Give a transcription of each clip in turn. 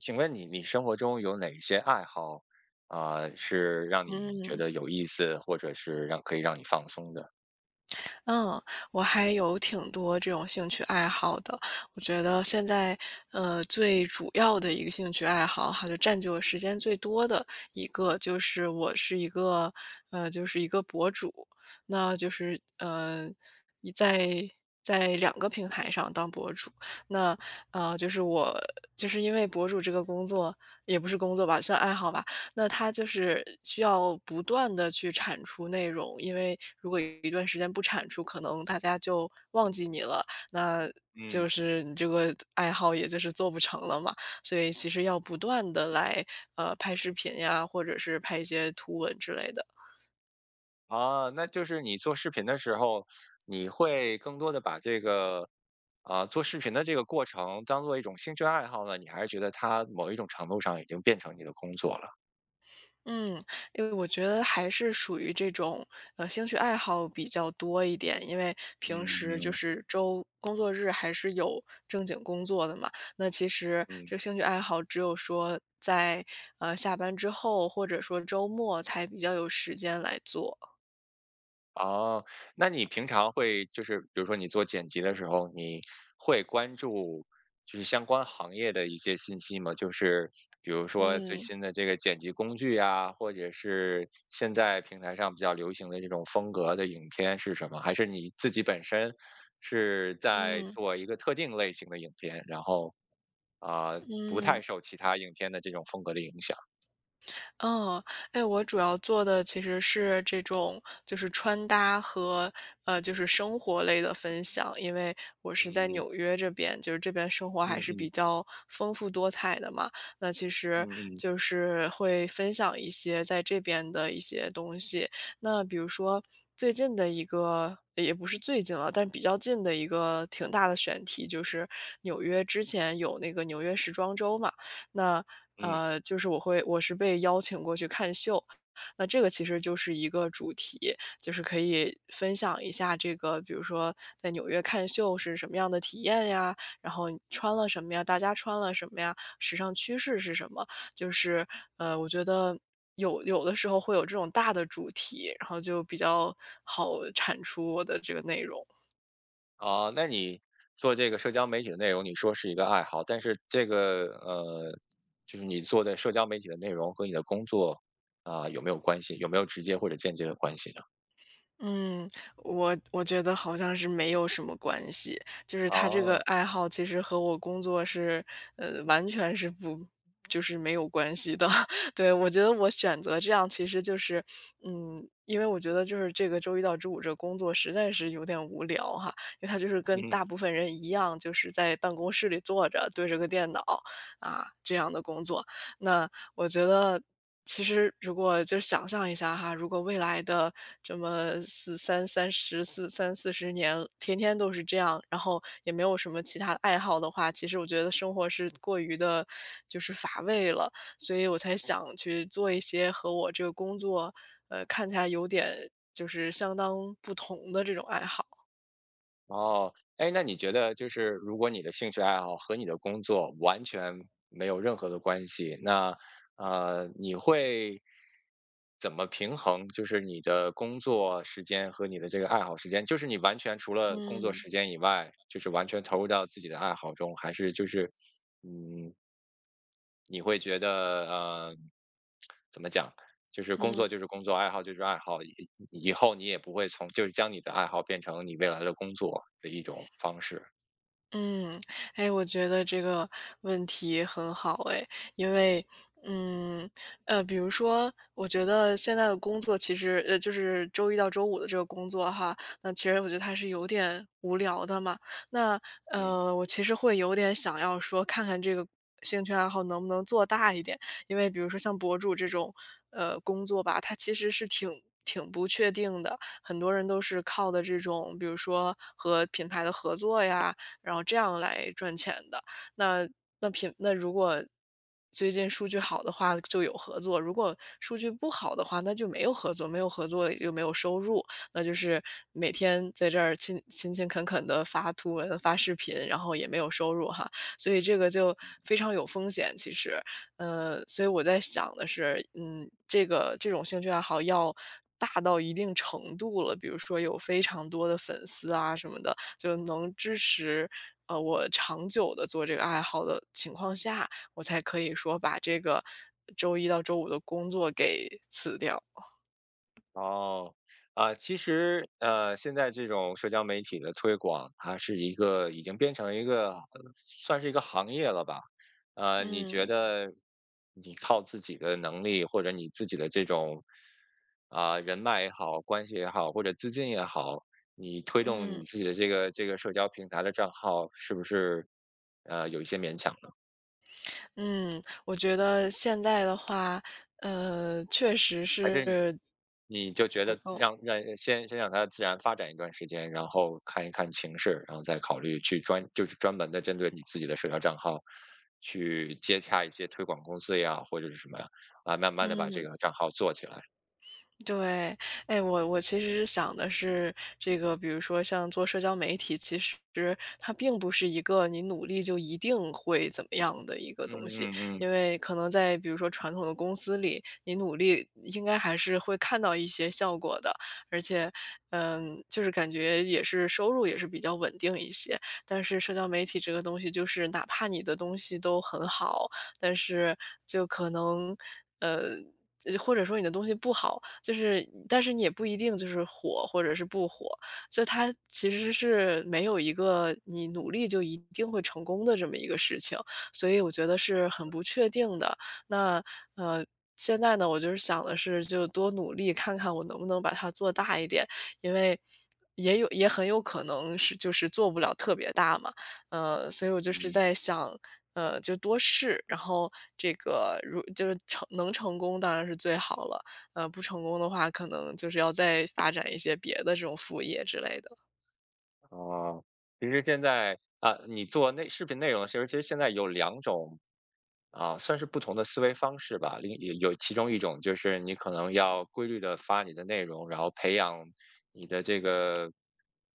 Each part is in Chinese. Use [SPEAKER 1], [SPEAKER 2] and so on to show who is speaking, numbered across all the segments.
[SPEAKER 1] 请问你生活中有哪些爱好是让你觉
[SPEAKER 2] 嗯，
[SPEAKER 1] 得有意思，或者是可以让你放松的？
[SPEAKER 2] 嗯，我还有挺多这种兴趣爱好的。我觉得现在，最主要的一个兴趣爱好哈，就占据我时间最多的一个，就是我是一个，就是一个博主。那就是，一在在两个平台上当博主。那，啊，就是我就是因为博主这个工作，也不是工作吧，算爱好吧，那他就是需要不断的去产出内容，因为如果一段时间不产出，可能大家就忘记你了，那
[SPEAKER 1] 嗯。
[SPEAKER 2] 就是你这个爱好也就是做不成了嘛。所以其实要不断的来，拍视频呀，或者是拍一些图文之类的。
[SPEAKER 1] 那就是你做视频的时候，你会更多的把这个做视频的这个过程当做一种兴趣爱好呢？你还是觉得它某一种程度上已经变成你的工作了？
[SPEAKER 2] 嗯，因为我觉得还是属于这种，兴趣爱好比较多一点，因为平时就
[SPEAKER 1] 嗯
[SPEAKER 2] 是周工作日还是有正经工作的嘛。那其实
[SPEAKER 1] 嗯。
[SPEAKER 2] 这兴趣爱好只有说在下班之后，或者说周末才比较有时间来做。
[SPEAKER 1] 哦，那你平常会就是比如说你做剪辑的时候，你会关注就是相关行业的一些信息吗？就是比如说最
[SPEAKER 2] 嗯
[SPEAKER 1] 新的这个剪辑工具啊，或者是现在平台上比较流行的这种风格的影片是什么？还是你自己本身是在
[SPEAKER 2] 嗯
[SPEAKER 1] 做一个特定类型的影片，然后不
[SPEAKER 2] 嗯。
[SPEAKER 1] 太受其他影片的这种风格的影响？
[SPEAKER 2] 嗯，哎，我主要做的其实是这种，就是穿搭和就是生活类的分享。因为我是在
[SPEAKER 1] 嗯嗯
[SPEAKER 2] 纽约这边，就是这边生活
[SPEAKER 1] 嗯
[SPEAKER 2] 还是
[SPEAKER 1] 嗯
[SPEAKER 2] 比较丰富多彩的嘛。那其实
[SPEAKER 1] 嗯嗯
[SPEAKER 2] 就是会分享一些在这边的一些东西。那比如说最近的一个，也不是最近了，但比较近的一个挺大的选题，就是纽约之前有那个纽约时装周嘛。那，
[SPEAKER 1] 嗯。
[SPEAKER 2] 就是我是被邀请过去看秀，那这个其实就是一个主题，就是可以分享一下这个，比如说在纽约看秀是什么样的体验呀，然后你穿了什么呀，大家穿了什么呀，时尚趋势是什么，就是我觉得有的时候会有这种大的主题，然后就比较好产出我的这个内容。
[SPEAKER 1] 哦，那你做这个社交媒体的内容，你说是一个爱好，但是这个就是你做的社交媒体的内容和你的工作啊，有没有关系？有没有直接或者间接的关系呢？
[SPEAKER 2] 嗯，我觉得好像是没有什么关系，就是他这个
[SPEAKER 1] 哦，
[SPEAKER 2] 爱好其实和我工作是，完全是不就是没有关系的。对，我觉得我选择这样其实就是，嗯，因为我觉得就是这个周一到周五这工作实在是有点无聊哈，因为他就是跟
[SPEAKER 1] 嗯。
[SPEAKER 2] 大部分人一样，就是在办公室里坐着对着个电脑啊这样的工作。那我觉得其实如果就想象一下哈，如果未来的这么四三三十四三四十年，天天都是这样，然后也没有什么其他的爱好的话，其实我觉得生活是过于的，就是乏味了。所以我才想去做一些和我这个工作，看起来有点相当不同的这种爱好。
[SPEAKER 1] 哦，哎，那你觉得就是如果你的兴趣爱好和你的工作完全没有任何的关系，那你会怎么平衡？就是你的工作时间和你的这个爱好时间，就是你完全除了工作
[SPEAKER 2] 嗯
[SPEAKER 1] 时间以外，就是完全投入到自己的爱好中，还是就是嗯，你会觉得，呃，怎么讲，就是工
[SPEAKER 2] 嗯。
[SPEAKER 1] 作就是工作，爱好就是爱好，以后你也不会从就是将你的爱好变成你未来的工作的一种方式，
[SPEAKER 2] 嗯，哎，我觉得这个问题很好哎，因为，嗯，比如说，我觉得现在的工作其实，就是周一到周五的这个工作哈，那其实我觉得它是有点无聊的嘛。那，
[SPEAKER 1] 嗯。
[SPEAKER 2] 我其实会有点想要说，看看这个兴趣爱好能不能做大一点，因为比如说像博主这种，工作吧，它其实是挺。挺不确定的，很多人都是靠的这种，比如说和品牌的合作呀，然后这样来赚钱的。那那品那如果最近数据好的话就有合作，如果数据不好的话，那就没有合作，没有合作也就没有收入，那就是每天在这儿勤勤恳恳的发图文、发视频，然后也没有收入哈，所以这个就非常有风险其实。所以我在想的是，嗯，这种兴趣爱好要大到一定程度了，比如说有非常多的粉丝啊什么的，就能支持我长久的做这个爱好的情况下，我才可以说把这个周一到周五的工作给辞掉。
[SPEAKER 1] 哦，其实，现在这种社交媒体的推广，它是一个已经变成一个，算是一个行业了吧？你觉
[SPEAKER 2] 嗯，
[SPEAKER 1] 得你靠自己的能力，或者你自己的这种人脉也好，关系也好，或者资金也好，你推动
[SPEAKER 2] 嗯，
[SPEAKER 1] 你自己的这个社交平台的账号，是不是有一些勉强呢？
[SPEAKER 2] 嗯，我觉得现在的话，确实
[SPEAKER 1] 还是
[SPEAKER 2] 是
[SPEAKER 1] 你就觉
[SPEAKER 2] 不
[SPEAKER 1] 得
[SPEAKER 2] 够，
[SPEAKER 1] 让让先先让它自然发展一段时间，然后看一看情势，然后再考虑去专就是专门的针对你自己的社交账号，去接洽一些推广公司呀，或者是什么呀，慢慢的把这
[SPEAKER 2] 嗯。
[SPEAKER 1] 个账号做起来。
[SPEAKER 2] 对，哎，我其实是想的是，这个比如说像做社交媒体，其实它并不是一个你努力就一定会怎么样的一个
[SPEAKER 1] 嗯
[SPEAKER 2] 东西，
[SPEAKER 1] 嗯嗯
[SPEAKER 2] 因为可能在比如说传统的公司里，你努力应该还是会看到一些效果的，而且，嗯，就是感觉也是收入也是比较稳定一些。但是社交媒体这个东西，就是哪怕你的东西都很好，但是就可能。呃，或者说你的东西不好，就是但是你也不一定就是火或者是不火，就它其实是没有一个你努力就一定会成功的这么一个事情，所以我觉得是很不确定的。那，呃，现在呢，我就是想的是就多努力看看我能不能把它做大一点，因为也有也很有可能是就是做不了特别大嘛，所以我就是
[SPEAKER 1] 嗯。
[SPEAKER 2] 在想，就多试，然后这个如就是成能成功当然是最好了，不成功的话，可能就是要再发展一些别的这种副业之类的。
[SPEAKER 1] 哦，其实现在啊，你做视频内容的时候，其实现在有两种算是不同的思维方式吧。另有其中一种就是你可能要规律的发你的内容，然后培养你的这个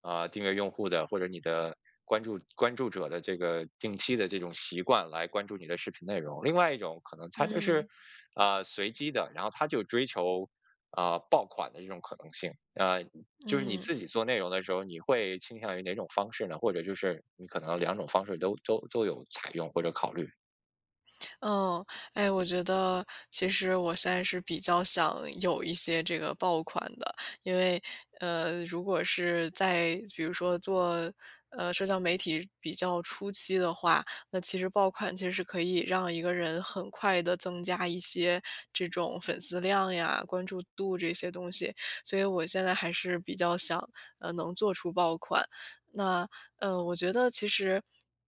[SPEAKER 1] 订阅用户的或者你的关注者的这个定期的这种习惯来关注你的视频内容。另外一种可能它就是
[SPEAKER 2] 嗯
[SPEAKER 1] 随机的，然后它就追求爆款的这种可能性。就是你
[SPEAKER 2] 嗯。
[SPEAKER 1] 自己做内容的时候，你会倾向于哪种方式呢？或者就是你可能两种方式都有采用或者考虑？
[SPEAKER 2] 嗯，哎，我觉得其实我现在是比较想有一些这个爆款的，因为如果是在比如说做社交媒体比较初期的话，那其实爆款其实是可以让一个人很快的增加一些这种粉丝量呀、关注度这些东西，所以我现在还是比较想能做出爆款。那我觉得其实。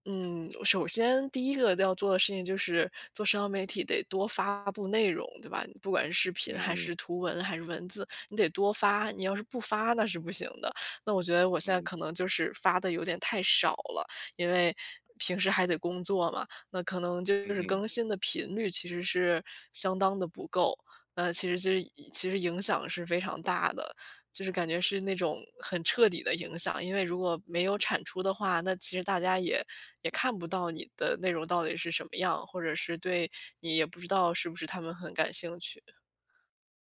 [SPEAKER 2] 嗯，首先第一个要做的事情就是做社交媒体得多发布内容，对吧？不管是视频
[SPEAKER 1] 嗯
[SPEAKER 2] 还
[SPEAKER 1] 嗯，
[SPEAKER 2] 是图文还是文字，你得多发。你要是不发那是不行的。那我觉得我现在可
[SPEAKER 1] 嗯
[SPEAKER 2] 能就是发的有点太少了，因为平时还得工作嘛，那可能就
[SPEAKER 1] 嗯
[SPEAKER 2] 是
[SPEAKER 1] 嗯。
[SPEAKER 2] 更新的频率其实是相当的不够。那其实就是其实影响是非常大的，就是感觉是那种很彻底的影响。因为如果没有产出的话，那其实大家也也看不到你的内容到底是什么样，或者是对你也不知道是不是他们很感兴趣。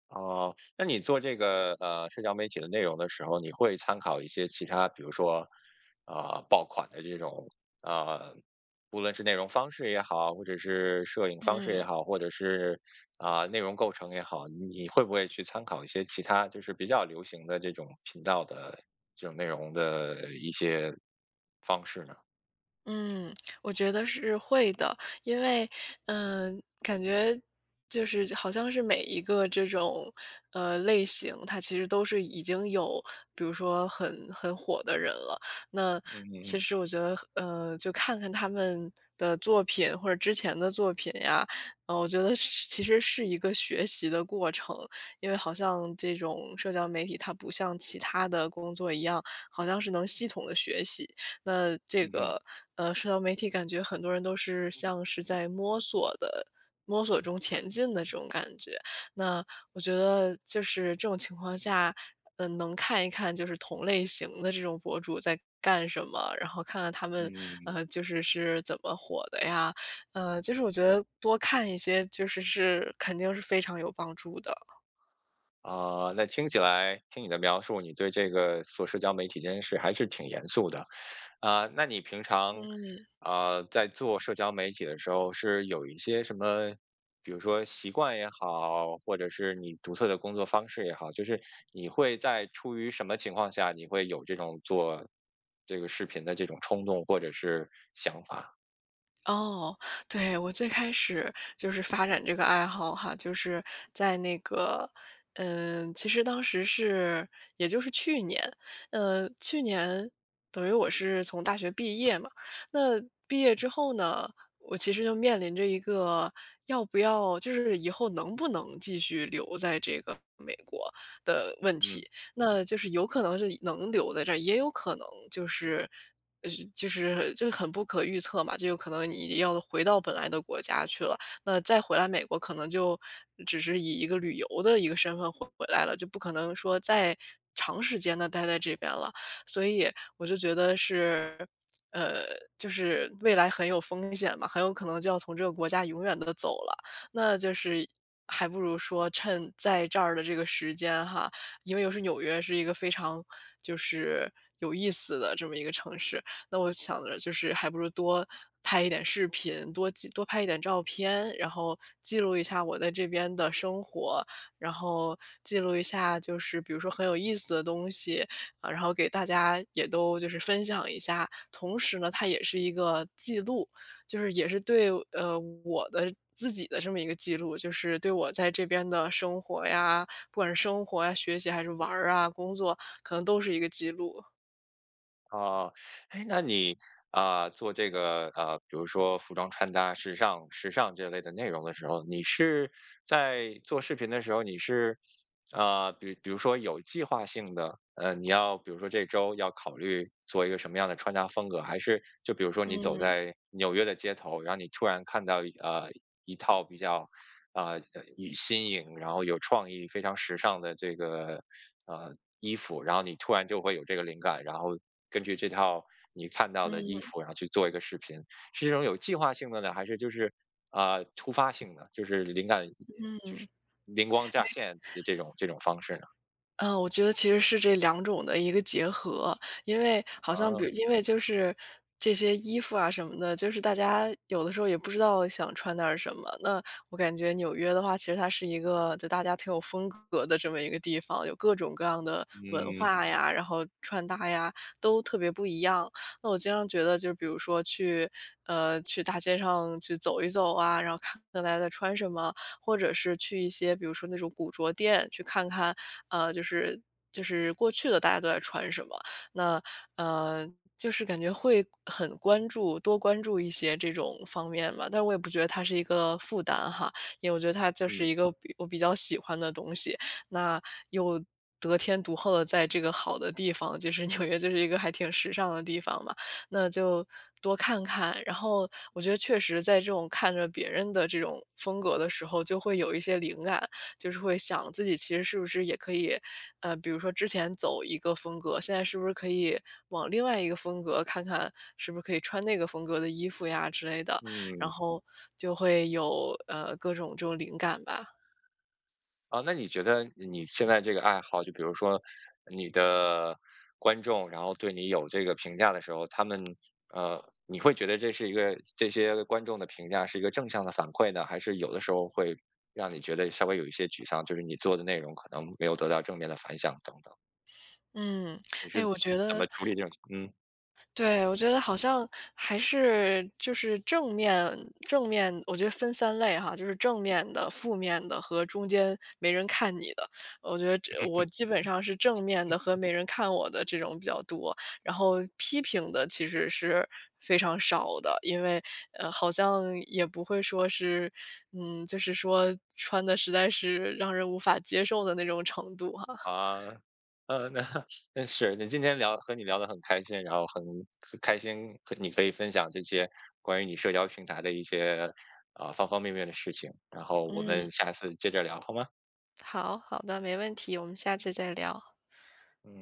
[SPEAKER 1] 哦，那你做这个社交媒体的内容的时候，你会参考一些其他，比如说爆款的这种啊，无论是内容方式也好，或者是摄影方式也
[SPEAKER 2] 嗯。
[SPEAKER 1] 好，或者是内容构成也好，你会不会去参考一些其他就是比较流行的这种频道的这种内容的一些方式呢？
[SPEAKER 2] 嗯，我觉得是会的，因为，感觉就是好像是每一个这种类型，它其实都是已经有，比如说很火的人了。那
[SPEAKER 1] 嗯嗯
[SPEAKER 2] 其
[SPEAKER 1] 嗯
[SPEAKER 2] 实我觉得，就看看他们的作品或者之前的作品呀，我觉得其实是一个学习的过程，因为好像这种社交媒体它不像其他的工作一样，好像是能系统的学习。那这
[SPEAKER 1] 嗯嗯
[SPEAKER 2] 个，社交媒体感觉很多人都是像是在摸索的摸索中前进的这种感觉。那我觉得就是这种情况下，嗯，能看一看就是同类型的这种博主在干什么，然后看看他们，
[SPEAKER 1] 嗯。
[SPEAKER 2] 就是是怎么火的呀。就是我觉得多看一些，就是是肯定是非常有帮助的。
[SPEAKER 1] 那听起来听你的描述，你对这个做社交媒体这件事还是挺严肃的，啊，那你平常，
[SPEAKER 2] 嗯。
[SPEAKER 1] 在做社交媒体的时候是有一些什么，比如说习惯也好，或者是你独特的工作方式也好，就是你会在出于什么情况下，你会有这种做这个视频的这种冲动或者是想法？
[SPEAKER 2] 哦，对，我最开始就是发展这个爱好哈，就是在那个，嗯，其实当时是，也就是去年，去年等于我是从大学毕业嘛，那毕业之后呢，我其实就面临着一个要不要，就是以后能不能继续留在这个美国的问
[SPEAKER 1] 嗯。
[SPEAKER 2] 题，那就是有可能是能留在这儿，也有可能就是呃，就是这个很不可预测嘛，就有可能你要回到本来的国家去了，那再回来美国可能就只是以一个旅游的一个身份回来了，就不可能说再长时间的待在这边了。所以我就觉得是，呃，就是未来很有风险嘛，很有可能就要从这个国家永远的走了。那就是还不如说趁在这儿的这个时间哈，因为又是纽约是一个非常就是有意思的这么一个城市。那我想着就是还不如多拍一点视频，多记多拍一点照片，然后记录一下我在这边的生活，然后记录一下就是比如说很有意思的东西，啊，然后给大家也都就是分享一下。同时呢，它也是一个记录，就是也是对我的。自己的这么一个记录，就是对我在这边的生活呀，不管是生活呀、学习还是玩儿啊、工作，可能都是一个记录。
[SPEAKER 1] 哦，哎，那你做这个比如说服装穿搭、时尚这类的内容的时候，你是在做视频的时候，你是比如说有计划性的，你要比如说这周要考虑做一个什么样的穿搭风格，还是就比如说你走
[SPEAKER 2] 嗯
[SPEAKER 1] 在纽约的街头，然后你突然看到一套比较啊，呃与新颖，然后有创意、非常时尚的这个呃衣服，然后你突然就会有这个灵感，然后根据这套你看到
[SPEAKER 2] 嗯
[SPEAKER 1] 的衣服，然后去做一个视频，是这种有计划性的呢，还是就是突发性的，就是灵感就是灵光乍现的这种方式呢？
[SPEAKER 2] 嗯，我觉得其实是这两种的一个结合，因为好像比
[SPEAKER 1] 啊，
[SPEAKER 2] 如因为就是这些衣服啊什么的，就是大家有的时候也不知道想穿点儿什么。那我感觉纽约的话，其实它是一个就大家挺有风格的这么一个地方，有各种各样的文
[SPEAKER 1] 嗯
[SPEAKER 2] 化呀，然后穿搭呀都特别不一样。那我经常觉得，就是比如说去去大街上去走一走啊，然后看看大家在穿什么，或者是去一些比如说那种古着店去看看，呃，就是就是过去的大家都在穿什么。那呃，就是感觉会很关注，多关注一些这种方面嘛。但是我也不觉得它是一个负担哈，因为我觉得它就是
[SPEAKER 1] 嗯
[SPEAKER 2] 一个比我比较喜欢的东西。那又得天独厚的在这个好的地方，就是纽约就是一个还挺时尚的地方嘛。那就多看看。然后我觉得确实在这种看着别人的这种风格的时候，就会有一些灵感，就是会想自己其实是不是也可以，比如说之前走一个风格，现在是不是可以往另外一个风格看看，是不是可以穿那个风格的衣服呀之类的，然
[SPEAKER 1] 嗯。
[SPEAKER 2] 后就会有各种这种灵感吧。
[SPEAKER 1] 啊，那你觉得你现在这个爱好，就比如说你的观众，然后对你有这个评价的时候，他们你会觉得这是一个这些观众的评价是一个正向的反馈呢，还是有的时候会让你觉得稍微有一些沮丧，就是你做的内容可能没有得到正面的反响等等？
[SPEAKER 2] 嗯，
[SPEAKER 1] 你是
[SPEAKER 2] 哎，我觉
[SPEAKER 1] 怎
[SPEAKER 2] 得
[SPEAKER 1] 么处理这种？嗯。
[SPEAKER 2] 对，我觉得好像还是就是正面我觉得分三类哈，就是正面的、负面的和中间没人看你的。我觉得这我基本上是正面的和没人看我的这种比较多，然后批评的其实是非常少的。因为，好像也不会说是嗯，就是说穿的实在是让人无法接受的那种程度哈。
[SPEAKER 1] 啊，那 那今天和你聊得很开心，然后很开心和你可以分享这些关于你社交平台的一些，方方面面的事情，然后我
[SPEAKER 2] 嗯，
[SPEAKER 1] 们下次接着聊好吗？
[SPEAKER 2] 好，好的，没问题，我们下次再聊。
[SPEAKER 1] 嗯。